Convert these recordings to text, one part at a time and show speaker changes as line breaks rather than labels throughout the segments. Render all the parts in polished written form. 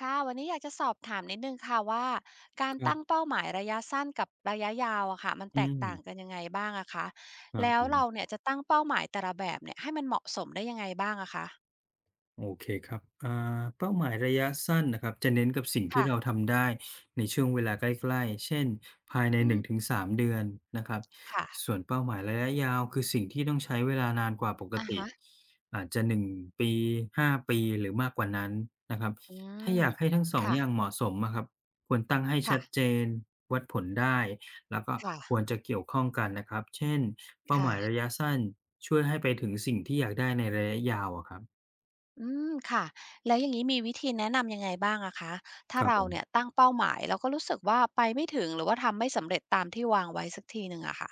ค่ะวันนี้อยากจะสอบถามนิดนึงค่ะว่าการ
ครั
ตั้ง
บ
เป้าหมายระยะสั้นกับระยะยาวอะค่ะมัน
อื
แตก
ม
ต่างกันยังไงบ้างอะคะ
ครับ
แล้
ผ
ว
ม
เราเนี่ยจะตั้งเป้าหมายแต่ละแบบเนี่ยให้มันเหมาะสมได้ยังไงบ้างอะคะ
โอเคครับเป้าหมายระยะสั้นนะครับจะเน้นกับสิ่งที่
ค่ะ
เราทำได้ในช่วงเวลาใกล้ๆเช่นภายใน
อืม
1-3เดือนนะครับ
ค่ะ
ส่วนเป้าหมายระยะยาวคือสิ่งที่ต้องใช้เวลานานกว่าปก
อะ
ติ
ฮะ
อาจจะ1 ปี5 ปีหรือมากกว่านั้นนะครับ
อื
ถ้าอ
ม
ยากให้ทั้งสอง
ค่ะ
อย่างเหมาะสมอะครับควรตั้งให้ชัดเจ
ค่ะ
นวัดผลได้ แล้วก็
ค่ะ
ควรจะเกี่ยวข้องกันนะครับเช่นเป้าห
ค่ะ
มายระยะสั้นช่วยให้ไปถึงสิ่งที่อยากได้ในระยะยาวอะครับ
อืมค่ะแล้วอย่างงี้มีวิธีแนะนำยังไงบ้างอะคะ
ค
ถ้า
รับผ
เราเนี่ย
ม
ตั้งเป้าหมายแล้วก็รู้สึกว่าไปไม่ถึงหรือว่าทำไม่สำเร็จตามที่วางไว้สักทีหนึ่งอะค่ะ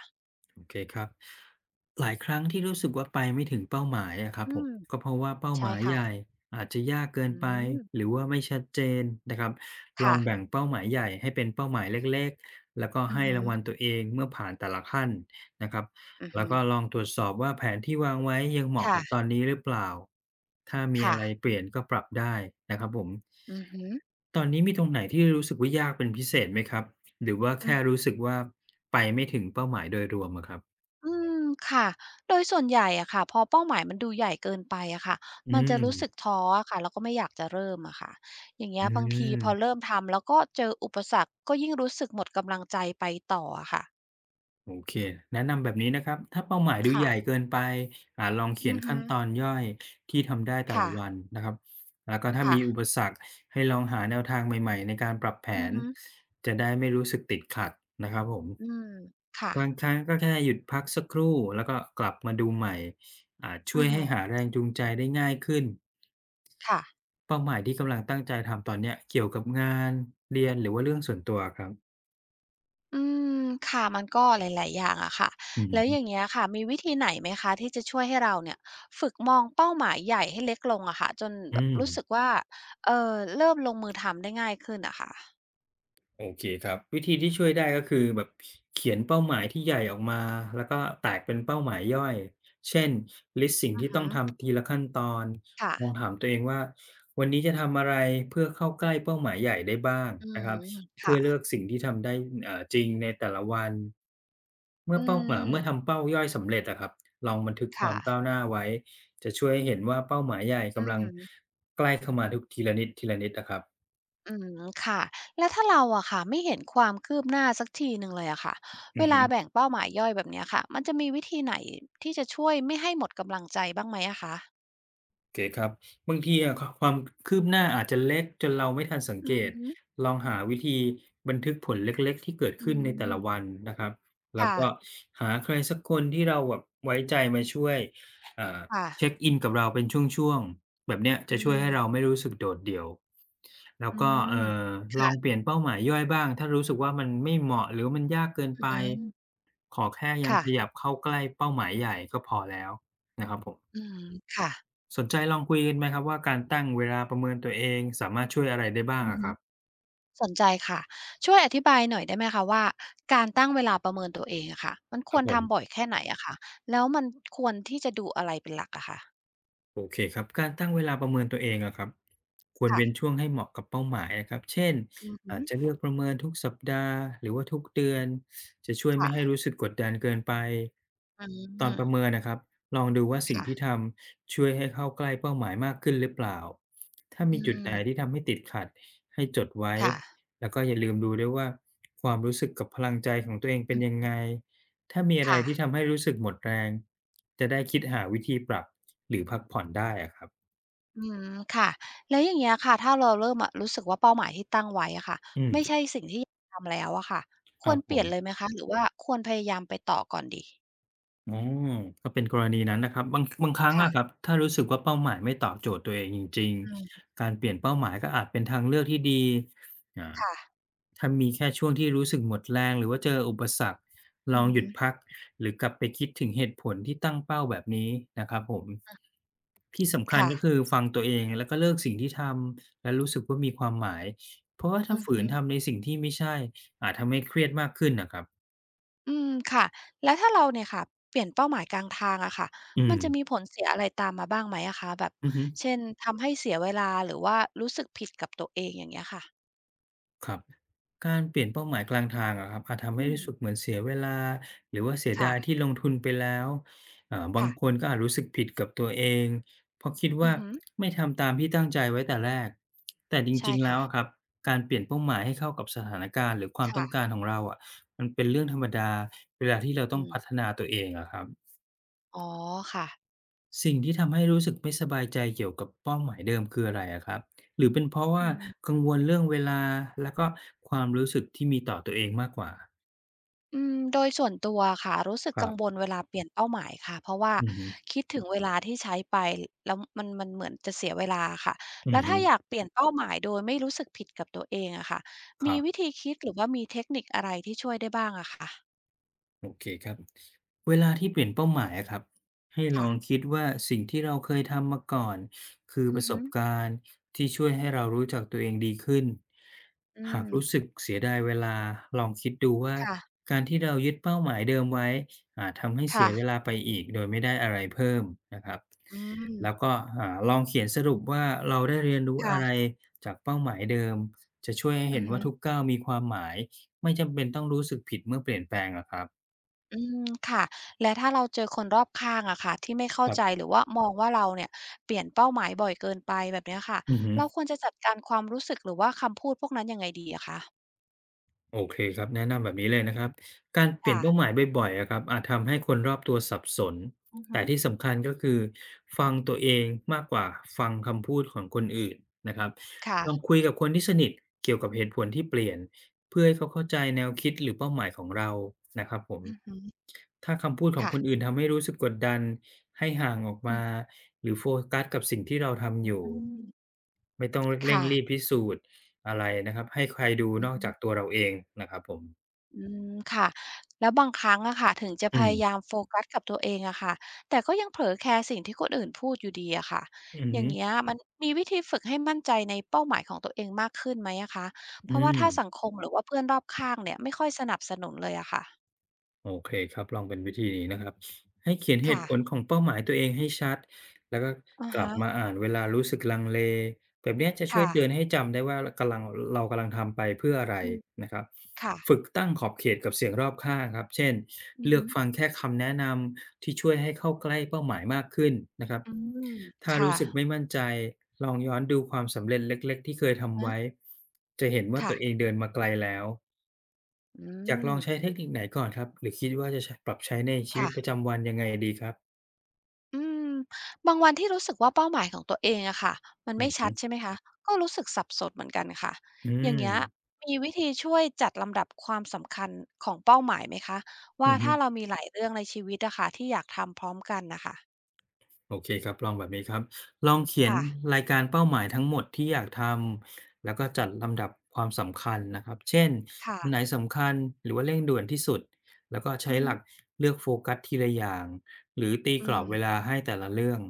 โอเคครับหลายครั้งที่รู้สึกว่าไปไม่ถึงเป้าหมายอะครับ
อื
ผม
ม
ก็เพราะว่าเป้าห
ใช่
มาย
ค่ะ
ใหญ่อาจจะยากเกิน
อื
ไป
ม
หรือว่าไม่ชัดเจนนะครับลอง
ค่ะ
แบ่งเป้าหมายใหญ่ให้เป็นเป้าหมายเล็กๆแล้วก็
อือ
ให้
ฮึ
รางวัลตัวเองเมื่อผ่านแต่ละขั้นนะครับ
อือ
แล้ว
ฮึ
ก็ลองตรวจสอบว่าแผนที่วางไว้ยังเหมาะกับต
ค่ะ
อนนี้หรือเปล่าถ้ามีอะ
ค่ะ
ไรเปลี่ยนก็ปรับได้นะครับผม
อือฮึ
ตอนนี้มีตรงไหนที่รู้สึกว่ายากเป็นพิเศษไหมครับ หรือว่า
อื
แค่
ม
รู้สึกว่าไปไม่ถึงเป้าหมายโดยรวมอะครับ
อืมค่ะ โดยส่วนใหญ่อะค่ะพอเป้าหมายมันดูใหญ่เกินไปอะค่ะ
อื
มันจะรู้สึก
ม
ท้ออะค่ะแล้วก็ไม่อยากจะเริ่มอะค่ะอย่างเงี้
อื
ยบางทีพอ
ม
เริ่มทำแล้วก็เจออุปสรรคก็ยิ่งรู้สึกหมดกำลังใจไปต่ออะค่ะ
โอเค แนะนำแบบนี้นะครับ ถ้าเป้าหมายดูให
ค่ะ
ญ่เกินไปลองเขี
อื
ยน
อ
ขั้
ฮึ
นตอนย่อยที่ทำได้แต่ละ
ค่ะ
วันนะครับแล้วก็ถ้ามี
ค่ะ
อุปสรรคให้ลองหาแนวทางใหม่ๆในการปรับแผ
อือ
น
ฮึ
จะได้ไม่รู้สึกติดขัดนะครับผม
อืมค่ะ
บางครั้งก็แค่หยุดพักสักครู่แล้วก็กลับมาดูใหม่อาจช่
อื
วย
อ
ให้
ฮึ
หาแรงจูงใจได้ง่ายขึ้น
ค่ะ
เป้าหมายที่กำลังตั้งใจทำตอนเนี้ยเกี่ยวกับงานเรียนหรือว่าเรื่องส่วนตัวครับ
อืมค่ะมันก็หลายๆอย่างอะค่ะ
อือฮึ
แล้วอย่างเงี้ยค่ะมีวิธีไหนไหมคะที่จะช่วยให้เราเนี่ยฝึกมองเป้าหมายใหญ่ให้เล็กลงอะค่ะจน
อื
แบบ
ม
รู้สึกว่าเอ่อเริ่มลงมือทำได้ง่ายขึ้นอะค่ะ
โอเคครับวิธีที่ช่วยได้ก็คือแบบเขียนเป้าหมายที่ใหญ่ออกมาแล้วก็แตกเป็นเป้าหมายย่อยเช่นลิสต์สิ่ง
อือ
ที่ต้อ
ฮึ
งทำทีละขั้นตอน
ค่ะ
ลองถามตัวเองว่าวันนี้จะทำอะไรเพื่อเข้าใกล้เป้าหมายใหญ่ได้บ้าง
อื
นะครั
ม
บเพื่
ค่ะ
อเลือกสิ่งที่ทำได้จริงในแต่ละวัน
อื
เมื่อ
ม
ทำเป้าย่อยสำเร็จอะครับลองบันทึกควา
ค่ะ
มก้าวหน้าไว้จะช่วยให้เห็นว่าเป้าหมายใหญ่
อื
กำ
อ
ลัง
ฮึ
ใกล้เข้ามาทุกทีละนิดทีละนิดอะครับ
อืมค่ะแล้วถ้าเราอะค่ะไม่เห็นความคืบหน้าสักทีหนึ่งเลยอะค่ะ
อื
เว
อฮึ
ลาแบ่งเป้าหมายย่อยแบบเนี้ยค่ะมันจะมีวิธีไหนที่จะช่วยไม่ให้หมดกำลังใจบ้างไหมอะคะ
เอเคครับบางทีอะคความคืบหน้าอาจจะเล็กจนเราไม่ทันสังเก
อือ
ต
ฮึ
ลองหาวิธีบันทึกผลเล็กๆที่เกิด
อื
ขึ้นในแต่ละวัน
ม
นะครับแล้ว
ค่ะ
ก็หาใครสักคนที่เราแบบไว้ใจมาช่วยอ่า
ค่ะ
เช็กอินกับเราเป็นช่วงๆแบบเนี้ยจะ
อื
ช่วย
ม
ให้เราไม่รู้สึกโดดเดี่ยวแล้ว
อื
ก็
ม
ลองเป
ค่ะ
ลี่ยนเป้าหมายย่อยบ้างถ้ารู้สึกว่ามันไม่เหมาะหรือมันยากเกิน
อื
ไป
ม
ขอแค่ยัง
ค่ะ
ขยับเข้าใกล้เป้าหมายใหญ่ก็พอแล้วนะครับผม
อืมค่ะ
สนใจลองคุยกันไหมครับว่าการตั้งเวลาประเมินตัวเองสามารถช่วยอะไรได้บ้าง
อือ
อะค
ฮึ
รับ
สนใจค่ะช่วยอธิบายหน่อยได้ไหมคะว่าการตั้งเวลาประเมินตัวเองอะค่ะมันค
ครั
ว
บ
ร
ผม
ทำบ่อยแค่ไหนอะคะแล้วมันควรที่จะดูอะไรเป็นหลักอะคะ
โอเคครับการตั้งเวลาประเมินตัวเองอะครับควรเว้น
ค่ะ
ช่วงให้เหมาะกับเป้าหมายนะครับเช่น
อือฮึ
อาจจะเลือกประเมินทุกสัปดาห์หรือว่าทุกเดือนจะช่วยไม่ให้
ค่ะ
รู้สึกกดดันเกินไป
อื
ตอนประเมิ
ม
นนะครับลองดูว่าสิ่ง
ค่ะ
ที่ทำช่วยให้เข้าใกล้เป้าหมายมากขึ้นหรือเปล่าถ้า
อื
มีจุดไหนที่
ม
ทำให้ติดขัดให้จดไว้
ค่ะ
แล้วก็อย่าลืมดูด้วยว่าความรู้สึกกับพลังใจของตัวเองเป็
อื
นยัง
อ
ไง ถ้ามีอะไร
ค่ะ
ที่ทำให้รู้สึกหมดแรงจะได้คิดหาวิธีปรับหรือพักผ่อนได้อะครับ
อืมค่ะแล้วอย่างเงี้ยค่ะถ้าเราเริ่มอะรู้สึกว่าเป้าหมายที่ตั้งไว้อะค่ะ
อืม
ไม่ใช่สิ่งที่อยากทำแล้วอะค่ะ
ค
คว
รับ
ร
ผ
เปลี่ยนเลยไห
ม
มคะหรือว่าควรพยายามไปต่อก่อนดี
อ๋อก็เป็นกรณีนั้นนะครับบางครั้งอะครับ
ค่ะ
ถ้ารู้สึกว่าเป้าหมายไม่ตอบโจทย์ตัวเองจริง
อืม
ๆการเปลี่ยนเป้าหมายก็อาจเป็นทางเลือกที่ดีอ่า
ค่ะ
ถ้ามีแค่ช่วงที่รู้สึกหมดแรงหรือว่าเจออุปสรรคล
อื
อ
อ
งหยุด
ฮึ
พักหรือกลับไปคิดถึงเหตุผลที่ตั้งเป้าแบบนี้นะครับผมที่สำคัญ
ค่ะ
ก็คือฟังตัวเองแล้วก็เลิกสิ่งที่ทำและรู้สึกว่ามีความหมายเพราะว่า
อื
ถ้า
อ
ฝื
ฮึ
นทำในสิ่งที่ไม่ใช่อาจทำให้เครียดมากขึ้นน่ะครับ
อืมค่ะแล้วถ้าเราเนี่ยค่ะเปลี่ยนเป้าหมายกลางทางอะค่ะ
อืม
มันจะมีผลเสียอะไรตามมาบ้างไหมอะคะแบบ
อือฮึ
เช่นทำให้เสียเวลาหรือว่ารู้สึกผิดกับตัวเองอย่างเงี้ยค่ะ
ครับการเปลี่ยนเป้าหมายกลางทางอะครับอาจทำให้
อืม
รู้สึกเหมือนเสียเวลาหรือว่าเสียดายที่
ค่ะ
ลงทุนไปแล้วบาง
ค่ะ
คนก็อาจรู้สึกผิดกับตัวเองเพราะคิด
อื
ว่า
อฮึ
ไม่ทำตามที่ตั้งใจไว้แต่แรกแต่จ
ใช่
ริงๆแล้ว
ค่ะ
อะครับการเปลี่ยนเป้าหมายให้เข้ากับสถานการณ์หรือความต้อ
ค่ะ
งการของเราอะมันเป็นเรื่องธรรมดาเวลาที่เราต้อ
อื
ง
ม
พัฒนาตัวเองอะครับ
อ๋อค่ะ
สิ่งที่ทำให้รู้สึกไม่สบายใจเกี่ยวกับเป้าหมายเดิมคืออะไรอะครับหรือเป็นเพราะ
อื
ว่า
ม
กังวลเรื่องเวลาแล้วก็ความรู้สึกที่มีต่อตัวเองมากกว่า
อืมโดยส่วนตัวค่ะรู้สึก
ครั
กังว
บ
ลเวลาเปลี่ยนเป้าหมายค่ะเพราะว่า
อือฮึ
คิดถึงเวลาที่ใช้ไปแล้วมันเหมือนจะเสียเวลาค่ะ
อือ
แล้ว
ฮึ
ถ้าอยากเปลี่ยนเป้าหมายโดยไม่รู้สึกผิดกับตัวเองอะค่ะ
ค
มี
รั
วิ
บ
ธีคิดหรือว่ามีเทคนิคอะไรที่ช่วยได้บ้างอะคะ
โอเคครับเวลาที่เปลี่ยนเป้าหมายอะครับให้ลอ
ค่ะ
งคิดว่าสิ่งที่เราเคยทำมาก่อนคือป
อือ
ระส
ฮึ
บการณ์ที่ช่วยให้เรารู้จักตัวเองดีขึ้น
อื
หา
ม
กรู้สึกเสียดายเวลาลองคิดดูว่า
ค่ะ
การที่เรายึดเป้าหมายเดิมไว้อาจทำให้เสีย
ค่ะ
เวลาไปอีกโดยไม่ได้อะไรเพิ่มนะครับ
อืม
แล้วก็ลองเขียนสรุปว่าเราได้เรียนรู้อะไร
ค่ะ
จากเป้าหมายเดิมจะช่วยให้
อื
เห็
อ
น
ฮึ
ว่าทุกก้าวมีความหมายไม่จำเป็นต้องรู้สึกผิดเมื่อเปลี่ยนแปลงหรอะครับ
อืมค่ะและถ้าเราเจอคนรอบข้างอะค่ะที่ไม่เข้า
ครั
ใจ
บ
หรือว่ามองว่าเราเนี่ยเปลี่ยนเป้าหมายบ่อยเกินไปแบบเนี้ยค่ะ
อือฮึ
เราควรจะจัดการความรู้สึกหรือว่าคำพูดพวกนั้นยังไงดีอะคะ
โอเคครับ แนะนำแบบนี้เลยนะครับการเปลี่ยน
ค่ะ
เป้าหมายบ่อยๆอะครับอาจทำให้คนรอบตัวสับสน
อือฮึ
แต่ที่สำคัญก็คือฟังตัวเองมากกว่าฟังคำพูดของคนอื่นนะครับลอง
ค่ะ
คุยกับคนที่สนิทเกี่ยวกับเหตุผลที่เปลี่ยนเพื่อให้เขาเข้าใจแนวคิดหรือเป้าหมายของเรานะครับผ
อือฮึ
มถ้าคำพูดของ
ค่ะ
คนอื่นทำให้รู้สึกกดดันให้ห่างออก
อือ
มาหรือโฟกัสกับสิ่งที่เราทำอ
อื
ยู่
ม
ไม่ต้องเร่ง
ค่ะ
รีบพิสูจน์ อะไรนะครับให้ใครดู
อื
น
อ
อก
ฮึ
จากตัวเราเองนะครับผม
อืมค่ะแล้วบางครั้งอะค่ะถึงจะ
อื
พ
ม
ยายามโฟกัสกับตัวเองอะค่ะแต่ก็ยังเผลอแคร์สิ่งที่คนอื่นพูดอยู่ดีอะค่ะ
อือ
อ
ฮึ
ย่างเงี้ยมันมีวิธีฝึกให้มั่นใจในเป้าหมายของตัวเองมากขึ้นไหมอะคะเพ
อื
ราะว่า
ม
ถ้าสังคมหรือว่าเพื่อนรอบข้างเนี่ยไม่ค่อยสนับสนุนเลยอะค่ะ
โอเคครับลองเป็นวิธีนี้นะครับให้เขียนเหตุ
ค่ะ
ผลของเป้าหมายตัวเองให้ชัดแล้วก็
อะ
กลับ
ฮะ
มาอ่านเวลารู้สึกลังเลแบบเนี้ยจะช่วย
ค่ะ
เตือนให้จำได้ว่ารกำลังเรากำลังทำไปเพื่ออะไร
อืม
นะครับฝึ
ค่ะ
กตั้งขอบเขตกับเสียงรอบข้างครับเช่น
อือ
เลือ
ฮึ
กฟังแค่คำแนะนำที่ช่วยให้เข้าใกล้เป้าหมายมากขึ้นนะครับ
อืม
ถ้า
ค่ะ
รู้สึกไม่มั่นใจลองย้อนดูความสำเร็จเล็กๆที่เคยทำ
ฮะ
ไว้จะเห็นว่าตั
ค่ะ
วเองเดินมาไกลแล้ว
อื
อยากลองใช้
ม
เทคนิคไหนก่อนครับหรือคิดว่าจะใชปรับใช้ในชีวิตประ
ค่ะ
จำวันยังไงดีครับ
อืมบางวันที่รู้สึกว่าเป้าหมายของตัวเองอะค่ะมัน
อื
ไม่
อฮึ
ชัดใช่ไหมคะก็รู้สึกสับสนเหมือนกันค่ะ
อื
อย่างเงี้ย
ม
มีวิธีช่วยจัดลำดับความสำคัญของเป้าหมายไหมคะ
อื
ว่า
อฮึ
ถ้าเรามีหลายเรื่องในชีวิตอะค่ะที่อยากทำพร้อมกันนะค่ะ
โอเคครับลองแบบนี้ครับลองเขียน
ค่ะ
รายการเป้าหมายทั้งหมดที่อยากทำแล้วก็จัดลำดับความสำคัญนะครับเช่น
ค่ะ
อันไหนสำคัญหรือว่าเร่งด่วนที่สุดแล้วก็
อื
ใช้
อ
ห
ฮึ
ลักเลือกโฟกัสทีละอย่างหรือตี
อื
กรอบ
ม
เวลาให้แต่ละเรื่อง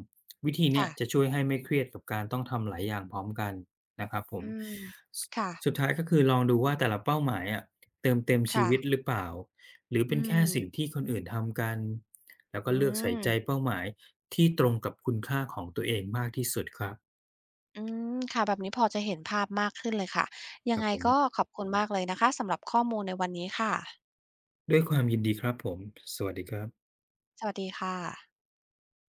วิธีเนี้ย
ค่ะ
จะช่วยให้ไม่เครียดกับการต้องทำหลายอย่างพร้อมกันนะครับผม
อืม
ส
ค่ะ
สุดท้ายก็คือลองดูว่าแต่ละเป้าหมายอะเติมเต็มชี
ค่ะ
วิตหรือเปล่าหรือ
อื
เป็นแค่สิ่ง
ม
ที่คนอื่นทำกัน แล้วก็
อื
เลือกใส่ใจ
ม
เป้าหมายที่ตรงกับคุณค่าของตัวเองมากที่สุดครับ
อืมค่ะแบบนี้พอจะเห็นภาพมากขึ้นเลยค่ะ
ค
ยัง
รับ
ไง
ผ
ก็
ม
ขอบคุณมากเลยนะคะสำหรับข้อมูลในวันนี้ค่ะ
ด้วยความยินดีครับผม สวัสดีครับ
สวัสดีค่ะ